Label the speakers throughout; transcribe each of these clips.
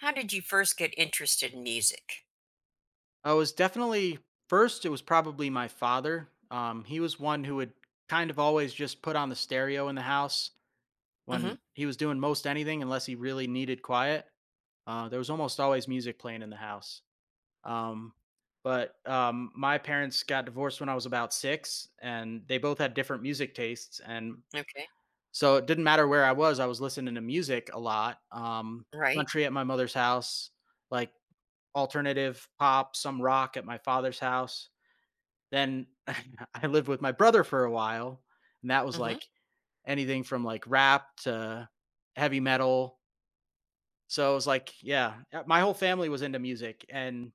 Speaker 1: How did you first get interested in music?
Speaker 2: I was definitely first. It was probably my father. He was one who would kind of always just put on the stereo in the house
Speaker 1: Mhm.
Speaker 2: when he was doing most anything, unless he really needed quiet. There was almost always music playing in the house. Um, but My parents got divorced when I was about six, and they both had different music tastes, and
Speaker 1: Okay.
Speaker 2: so it didn't matter where I was. I was listening to music a lot.
Speaker 1: Right.
Speaker 2: Country at my mother's house, like alternative pop, some rock at my father's house then I lived with my brother for a while, and that was
Speaker 1: Mhm.
Speaker 2: like anything from like rap to heavy metal. So it was like, yeah, my whole family was into music and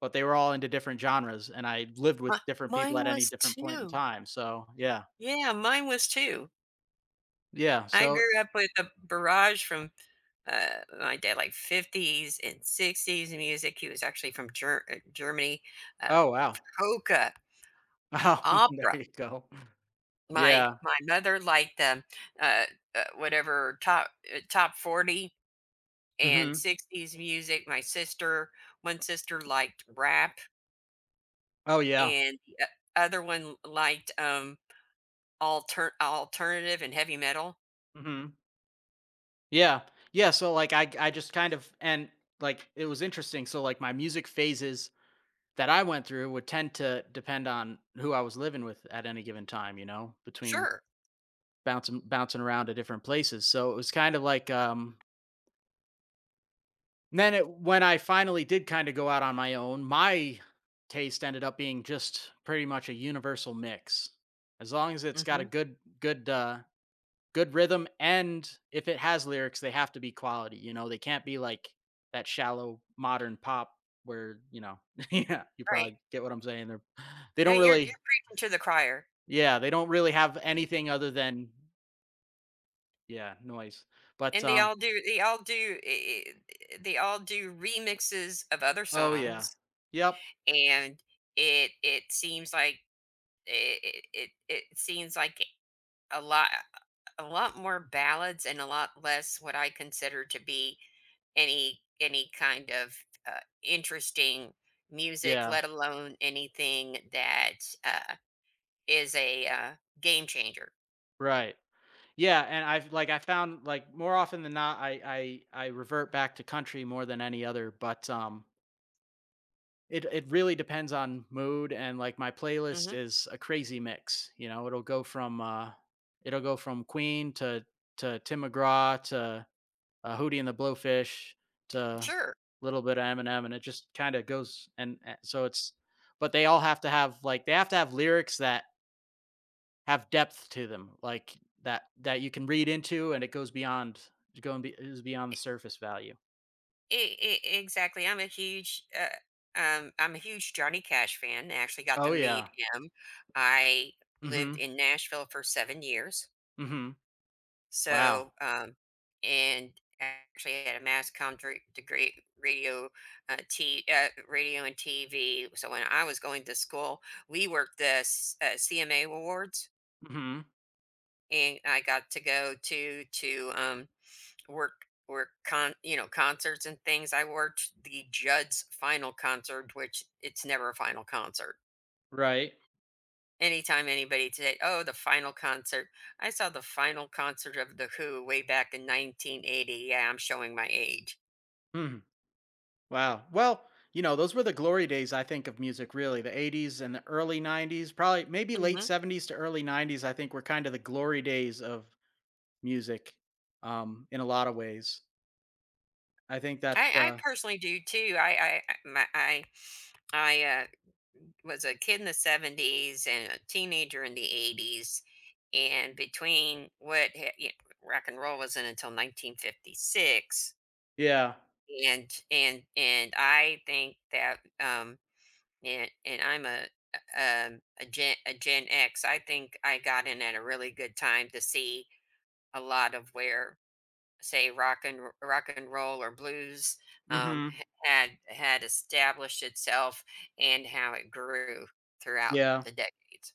Speaker 2: but they were all into different genres and I lived
Speaker 1: Mi
Speaker 2: with different people
Speaker 1: Mine
Speaker 2: at any
Speaker 1: was
Speaker 2: different point in
Speaker 1: too.
Speaker 2: time. So yeah.
Speaker 1: Yeah, mine was too.
Speaker 2: Yeah.
Speaker 1: I
Speaker 2: So
Speaker 1: grew up with a barrage from, my dad, like, 50s and 60s music. He was actually from Germany. Uh,
Speaker 2: oh wow.
Speaker 1: Polka,
Speaker 2: Wow. there
Speaker 1: opera.
Speaker 2: you go.
Speaker 1: My
Speaker 2: Yeah.
Speaker 1: my mother liked, uh, whatever top 40 and
Speaker 2: Hmm.
Speaker 1: 60s music. My sister one sister liked rap.
Speaker 2: Oh yeah.
Speaker 1: And the o other one liked, alternative and heavy metal.
Speaker 2: Hmm. Yeah. Yeah. So like I just kind of and like it was interesting. So like my music phases that I went through would tend to depend on who I was living with at any given time, you know, between
Speaker 1: Sure.
Speaker 2: bouncing around to different places. So it was kind of like then when I finally did kind of go out on my own, my taste ended up being just pretty much a universal mix. As long as it's got a
Speaker 1: Mhm.
Speaker 2: good good rhythm, and if it has lyrics, they have to be quality, you know. They can't be like that shallow modern pop where, you know, yeah, you
Speaker 1: Right.
Speaker 2: probably get what I'm saying. They
Speaker 1: No,
Speaker 2: don't
Speaker 1: you're
Speaker 2: really.
Speaker 1: preaching to the choir.
Speaker 2: Yeah, they don't really have anything other than yeah, noise. But,
Speaker 1: And they all do remixes of other
Speaker 2: oh, yeah.
Speaker 1: songs,
Speaker 2: Yep.
Speaker 1: and it it seems like it seems like a lot a lot more ballads and a lot less what I consider to be any kind of interesting music,
Speaker 2: Yeah,
Speaker 1: let alone anything that uh, is a game changer.
Speaker 2: right. Yeah, and I've like, I found, like, more often than not, I revert back to country more than any other, but, it really depends on mood and, like, my playlist
Speaker 1: hmm
Speaker 2: is a crazy mix, you know? It'll go from Queen to Tim McGraw to Hootie and the Blowfish to a
Speaker 1: Sure.
Speaker 2: little bit of Eminem, and it just kind of goes and so but they all have to have like they have to have lyrics that have depth to them, like that that you can read into, and it goes beyond is beyond the surface value.
Speaker 1: Exactly. I'm a huge Johnny Cash fan. I actually got to
Speaker 2: Oh
Speaker 1: meet
Speaker 2: yeah.
Speaker 1: him. I lived
Speaker 2: Mm-hmm.
Speaker 1: in Nashville for 7 years.
Speaker 2: Mm-hmm. Wow.
Speaker 1: So, and actually had a mass degree, radio, radio and TV. So when I was going to school, we worked the CMA awards,
Speaker 2: Mm-hmm.
Speaker 1: and I got to go to work work concerts and things. I worked the Judd's final concert, which it's never a final concert.
Speaker 2: Right.
Speaker 1: Anytime anybody said, "Oh, the final concert." I saw the final concert of The Who way back in 1980. Yeah, I'm showing my age.
Speaker 2: Mm. Wow. Well, you know, those were the glory days, I think, of music, really. The 80s and the early 90s, probably maybe late
Speaker 1: Mhm.
Speaker 2: 70s to early 90s, I think were kind of the glory days of music, in a lot of ways. I think that's,
Speaker 1: I personally do too. I my I, was a kid in the 70s and a teenager in the 80s, and between what ha you know, rock and roll wasn't until 1956,
Speaker 2: yeah.
Speaker 1: and I think that, and I'm a Gen X. I think I got in at a really good time to see a lot of where say rock and roll or blues
Speaker 2: Mhm.
Speaker 1: had had established itself and how it grew throughout
Speaker 2: Yeah.
Speaker 1: the decades.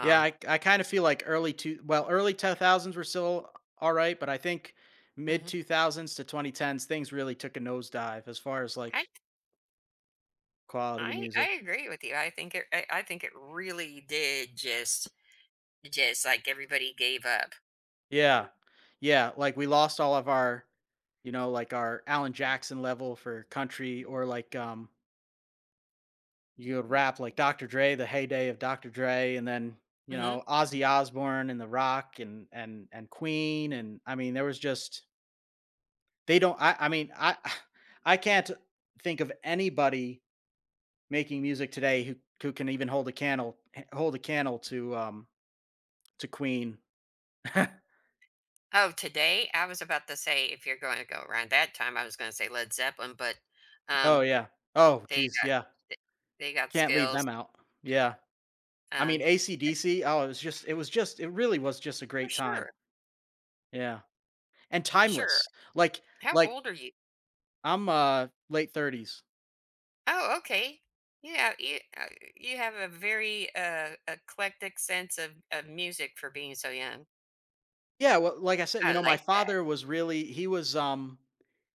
Speaker 2: Yeah, I kinda feel like early 2000s were still alright, but I think mid
Speaker 1: hmm
Speaker 2: 2000s to 2010s, things really took a nosedive as far as,
Speaker 1: I
Speaker 2: like, quality of
Speaker 1: I
Speaker 2: music.
Speaker 1: agree with you. I think I think it really did just like everybody gave up.
Speaker 2: Yeah. Yeah, like, we lost all of our you know, like, our Alan Jackson level for country or, like, you would rap like Dr. Dre, the heyday of Dr. Dre, and then you
Speaker 1: hmm
Speaker 2: know Ozzy Osbourne and The Rock and and Queen, and I mean there was just they don't. I mean I I can't think of anybody making music today who can even hold a candle to Queen.
Speaker 1: Oh, today? I was about to say if you're going to go around that time, I was going to say Led Zeppelin, but
Speaker 2: oh
Speaker 1: um,
Speaker 2: yeah. Oh
Speaker 1: they
Speaker 2: geez,
Speaker 1: got
Speaker 2: yeah.
Speaker 1: th- they got
Speaker 2: Can't leave
Speaker 1: skills,
Speaker 2: them out. Yeah. I mean
Speaker 1: um,
Speaker 2: ACDC. Oh, it was just it really was just a
Speaker 1: for
Speaker 2: great time.
Speaker 1: sure.
Speaker 2: Yeah, and
Speaker 1: For sure.
Speaker 2: timeless. Like
Speaker 1: How
Speaker 2: like
Speaker 1: old are you?
Speaker 2: I'm, late 30s.
Speaker 1: Oh, okay. Yeah, you you have a very eclectic sense of music for being so young.
Speaker 2: Yeah, well, like I said, you
Speaker 1: I
Speaker 2: know, my
Speaker 1: like that.
Speaker 2: father was really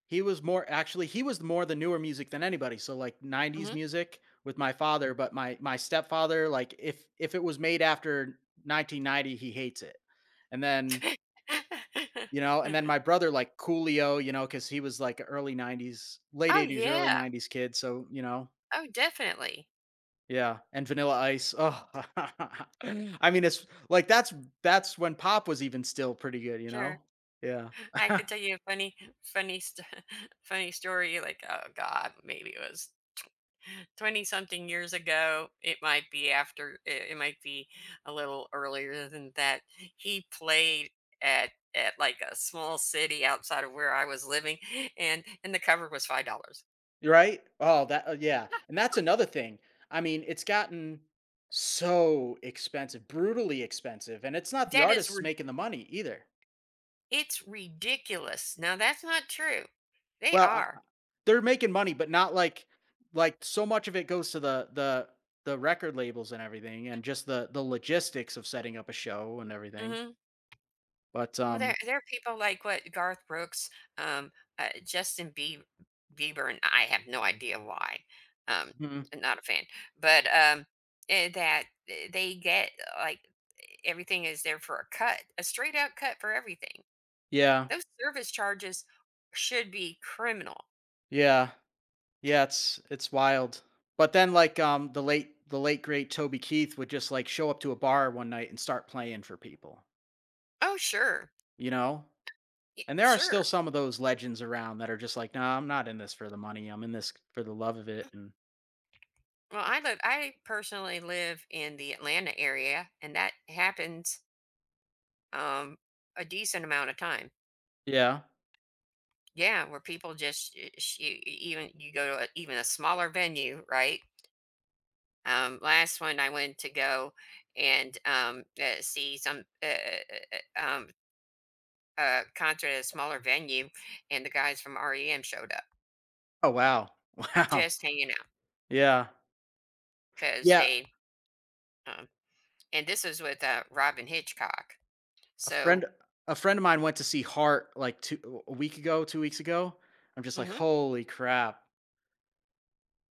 Speaker 2: he was more actually, he was more the newer music than anybody, so, like, 90s
Speaker 1: hmm.
Speaker 2: music with my father, but my stepfather, like, if it was made after 1990, he hates it. And then, you know and then my brother, like, Coolio, you know, because he was, like, a early 90s late
Speaker 1: oh
Speaker 2: 80s, early
Speaker 1: yeah.
Speaker 2: 90s kid, so, you know
Speaker 1: Oh, definitely.
Speaker 2: Yeah, and Vanilla Ice. Oh, I mean, it's like that's when pop was even still pretty good, you
Speaker 1: Sure.
Speaker 2: know? Yeah.
Speaker 1: I could tell you a funny, st- funny story. Like, oh God, maybe it was 20 something years ago, it might be it might be a little earlier than that. He played at like a small city outside of where I was living, and the cover was $5.
Speaker 2: You're right? Oh, that yeah. And that's another thing. I mean, it's gotten so expensive, brutally expensive, and it's not the
Speaker 1: that is
Speaker 2: artists
Speaker 1: rid-
Speaker 2: making the money either.
Speaker 1: it's ridiculous. Now that's not true, they
Speaker 2: Well,
Speaker 1: are.
Speaker 2: they're making money, but not like like so much of it goes to the record labels and everything and just the logistics of setting up a show and everything.
Speaker 1: Mhm.
Speaker 2: But
Speaker 1: Well, there are people like what Garth Brooks, um, Justin Bieb Bieber, and I have no idea why. Um,
Speaker 2: mhm,
Speaker 1: not a fan, but they get like everything is there for a cut, a straight out cut for everything.
Speaker 2: yeah.
Speaker 1: Those service charges should be criminal.
Speaker 2: Yeah. Yeah, it's wild. But then like the late great Toby Keith would just like show up to a bar one night and start playing for people,
Speaker 1: Oh, sure.
Speaker 2: you know? And there are still
Speaker 1: Sure.
Speaker 2: some of those legends around that are just like, "No, I'm not in this for the money. I'm in this for the love of it." And
Speaker 1: Well, I live. I personally live in the Atlanta area, and that happens um, a decent amount of time.
Speaker 2: yeah.
Speaker 1: Yeah, where people just even you go to a, even a smaller venue, right? Last one I went to go and see some uh, um, concert at a smaller venue, and the guys from REM showed up,
Speaker 2: Oh, wow. Wow.
Speaker 1: just hanging out
Speaker 2: Yeah.
Speaker 1: because
Speaker 2: Yeah,
Speaker 1: they. Um, and this was with Robin Hitchcock.
Speaker 2: a
Speaker 1: So,
Speaker 2: friend a friend of mine went to see Heart like 2 a week ago, 2 weeks ago. I'm just like,
Speaker 1: hmm,
Speaker 2: "Holy crap."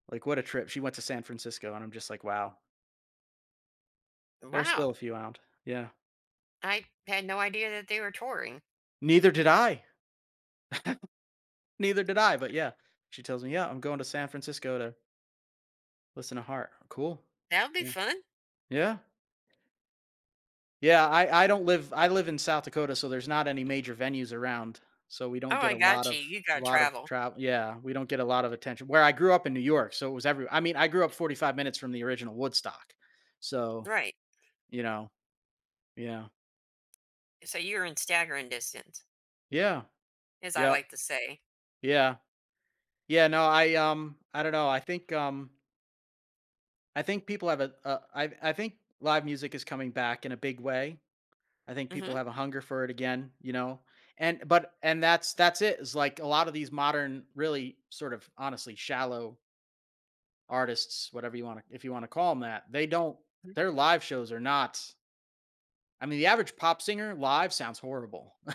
Speaker 2: Like what a trip. She went to San Francisco and I'm just like, "Wow." There's still a
Speaker 1: wow,
Speaker 2: few out. Yeah.
Speaker 1: I had no idea that they were touring.
Speaker 2: Neither did I. Neither did I, but yeah. She tells me, "Yeah, I'm going to San Francisco to listen to Heart." Cool.
Speaker 1: That will be
Speaker 2: Yeah.
Speaker 1: fun.
Speaker 2: Yeah. Yeah, I don't live I live in South Dakota, so there's not any major venues around, so we don't
Speaker 1: Oh,
Speaker 2: get
Speaker 1: I got you. You got
Speaker 2: a
Speaker 1: to
Speaker 2: lot of
Speaker 1: travel,
Speaker 2: travel Yeah, we don't get a lot of attention. Where I grew up in New York, so it was every I mean, I grew up 45 minutes from the original Woodstock. So,
Speaker 1: right?
Speaker 2: you know, yeah.
Speaker 1: So you're in staggering distance,
Speaker 2: Yeah.
Speaker 1: as I
Speaker 2: Yep.
Speaker 1: like to say.
Speaker 2: Yeah. Yeah, no, I don't know, I think people have a I think live music is coming back in a big way. I think people
Speaker 1: hmm.
Speaker 2: have a hunger for it again, you know? And but and that's it. Is like a lot of these modern, really sort of honestly shallow artists, whatever you want to if you want to call them that, they don't
Speaker 1: you
Speaker 2: their live shows are not. I mean, the average pop singer live sounds horrible.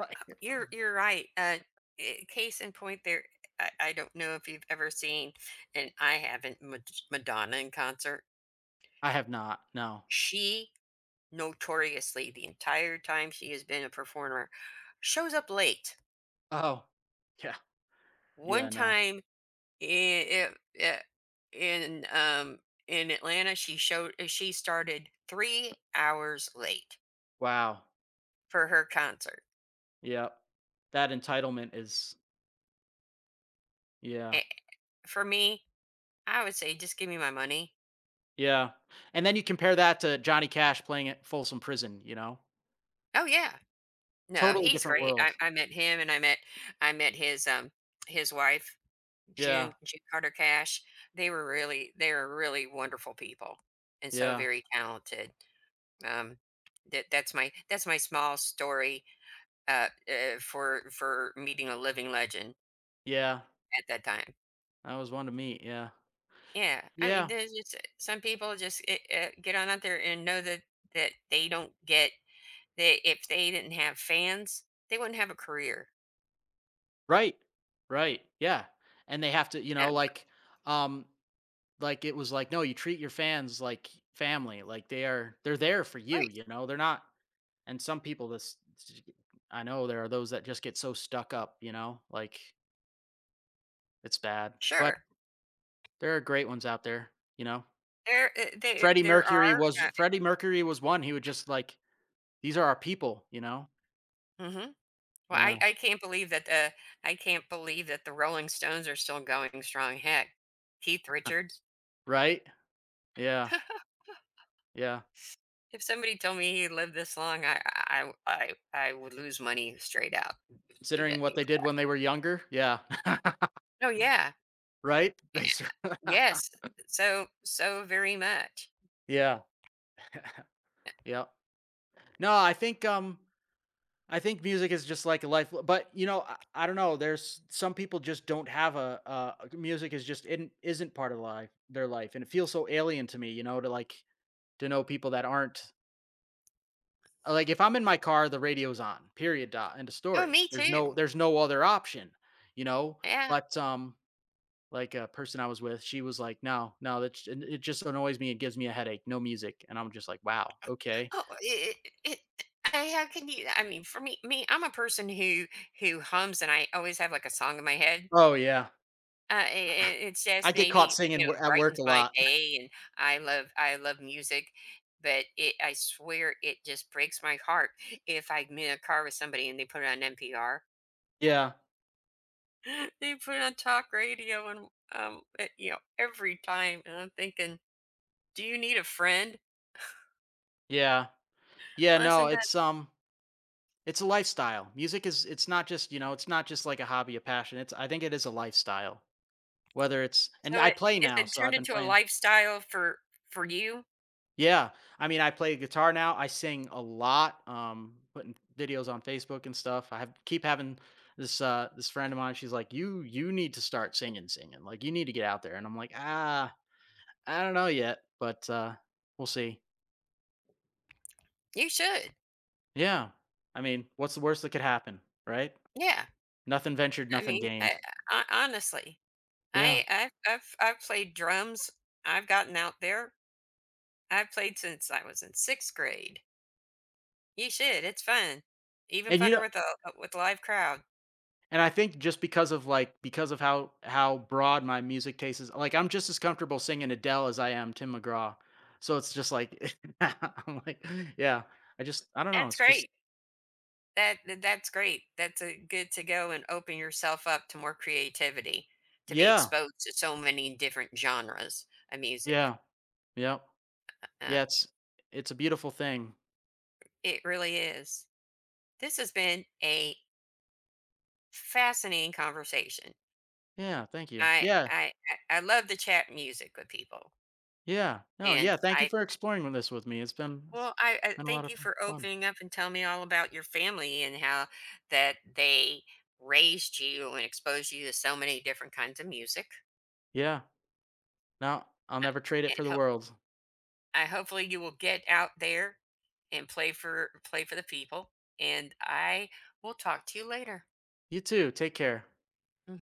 Speaker 2: Like,
Speaker 1: You're right. Case in point, there. I don't know if you've ever seen, and I haven't Madonna in concert.
Speaker 2: I have not. No.
Speaker 1: She notoriously, the entire time she has been a performer, shows up late.
Speaker 2: Oh. Yeah. Yeah,
Speaker 1: One
Speaker 2: no.
Speaker 1: time in in um in Atlanta, she started 3 hours late
Speaker 2: Wow.
Speaker 1: for her concert.
Speaker 2: Yep. That entitlement is yeah.
Speaker 1: Eh, For me, I would say just give me my money.
Speaker 2: Yeah, and then you compare that to Johnny Cash playing at Folsom Prison, you know?
Speaker 1: Oh yeah. No,
Speaker 2: Totally
Speaker 1: he's
Speaker 2: different
Speaker 1: great.
Speaker 2: world.
Speaker 1: I met him and I met his wife,
Speaker 2: Yeah,
Speaker 1: June Carter Cash. They were really wonderful people and so
Speaker 2: yeah,
Speaker 1: very talented. Um, that that's my small story, for meeting a living legend
Speaker 2: yeah.
Speaker 1: at that time.
Speaker 2: That was one to meet, yeah.
Speaker 1: Yeah, I mean,
Speaker 2: Yeah,
Speaker 1: there's just, some people just, get on out there and know that they don't get that if they didn't have fans, they wouldn't have a career,
Speaker 2: right, right, yeah, and they have to, you know,
Speaker 1: and.
Speaker 2: um, like, it was like, "No, you treat your fans like family, like, they're there for you,"
Speaker 1: Right,
Speaker 2: you know? They're not and some people I know there are those that just get so stuck up, you know? Like, it's bad, but
Speaker 1: sure.
Speaker 2: there are great ones out there, you know?
Speaker 1: There there are, uh.
Speaker 2: Freddie Mercury was one, he would just like, "These are our people," you know?
Speaker 1: Mhm. Well,
Speaker 2: Yeah.
Speaker 1: I can't believe that the Rolling Stones are still going strong. Heck, Keith Richards,
Speaker 2: Right? Yeah, yeah.
Speaker 1: if somebody told me he lived this long, I would lose money straight out. You
Speaker 2: Considering
Speaker 1: bet
Speaker 2: what
Speaker 1: me.
Speaker 2: they did when they were younger, yeah.
Speaker 1: Oh, yeah.
Speaker 2: Right?
Speaker 1: Yeah.
Speaker 2: They sur
Speaker 1: Yes. So so very much.
Speaker 2: Yeah, yep. No, I think music is just like a life but, you know, I don't know, there's some people just don't have a music is just isn't part of life their life, and it feels so alien to me, you know, to know people that aren't. Like, if I'm in my car, the radio's on, period, dot, end of
Speaker 1: Oh,
Speaker 2: story.
Speaker 1: me too.
Speaker 2: There's no other option, you know?
Speaker 1: Yeah.
Speaker 2: But, like, a person I was with, she was like, "No, no, that it just annoys me, it gives me a headache, no music," and I'm just like, "Wow, okay."
Speaker 1: Oh, it I how can you I mean, for me, I'm a person who hums, and I always have, like, a song in my head.
Speaker 2: Oh, yeah.
Speaker 1: I It
Speaker 2: I
Speaker 1: just
Speaker 2: get caught
Speaker 1: maybe,
Speaker 2: singing
Speaker 1: you
Speaker 2: w
Speaker 1: know,
Speaker 2: at work
Speaker 1: brightens
Speaker 2: a
Speaker 1: my
Speaker 2: lot.
Speaker 1: day, and I love music, but it I swear it just breaks my heart if I'm in a car with somebody and they put it on NPR.
Speaker 2: Yeah,
Speaker 1: They put it on talk radio and, you know, every time, and I'm thinking, "Do you need a friend?"
Speaker 2: yeah. Yeah,
Speaker 1: Well,
Speaker 2: no,
Speaker 1: isn't that
Speaker 2: it's a lifestyle. Music is It's not just, you know, it's not just like a hobby, a passion, it's I think it is a lifestyle, whether it's and
Speaker 1: so
Speaker 2: I
Speaker 1: it
Speaker 2: play
Speaker 1: is
Speaker 2: now,
Speaker 1: it
Speaker 2: so
Speaker 1: turned
Speaker 2: I've been
Speaker 1: into a
Speaker 2: playing
Speaker 1: lifestyle for you?
Speaker 2: Yeah, I mean, I play guitar now. I sing a lot, putting videos on Facebook and stuff. I have keep having this this friend of mine. She's like, You need to start singing. Like you need to get out there." And I'm like, "Ah, I don't know yet, but we'll see."
Speaker 1: You should.
Speaker 2: Yeah. I mean, what's the worst that could happen, right?
Speaker 1: Yeah.
Speaker 2: Nothing ventured,
Speaker 1: I
Speaker 2: nothing
Speaker 1: mean,
Speaker 2: gained.
Speaker 1: I honestly,
Speaker 2: Yeah.
Speaker 1: I've played drums. I've gotten out there. I've played since I was in 6th grade. You should, it's fun. Even
Speaker 2: And you
Speaker 1: funner
Speaker 2: know
Speaker 1: with a live crowd.
Speaker 2: And I think just because of, because of how broad my music taste is, like, I'm just as comfortable singing Adele as I am Tim McGraw. So it's just like I'm like yeah, I just I don't know,
Speaker 1: That's
Speaker 2: it's just
Speaker 1: great. That's great. That's a good to go and open yourself up to more creativity, to be
Speaker 2: Yeah,
Speaker 1: exposed to so many different genres of music.
Speaker 2: yeah, yeah
Speaker 1: Um,
Speaker 2: Yeah, it's a beautiful thing.
Speaker 1: it really is. This has been a fascinating conversation.
Speaker 2: Yeah, thank you.
Speaker 1: I
Speaker 2: Yeah,
Speaker 1: I I love to chat music with people,
Speaker 2: yeah. No, yeah,
Speaker 1: and
Speaker 2: thank you
Speaker 1: I
Speaker 2: for exploring this with me. It's
Speaker 1: Well, I
Speaker 2: been a lot
Speaker 1: thank
Speaker 2: of
Speaker 1: you for
Speaker 2: fun.
Speaker 1: opening up and telling me all about your family and how that they raised you and exposed you to so many different kinds of music.
Speaker 2: Yeah. No, I'll never trade it
Speaker 1: And
Speaker 2: for the world.
Speaker 1: hopefully you will get out there and play for the people. And I will talk to you later.
Speaker 2: You too, take care.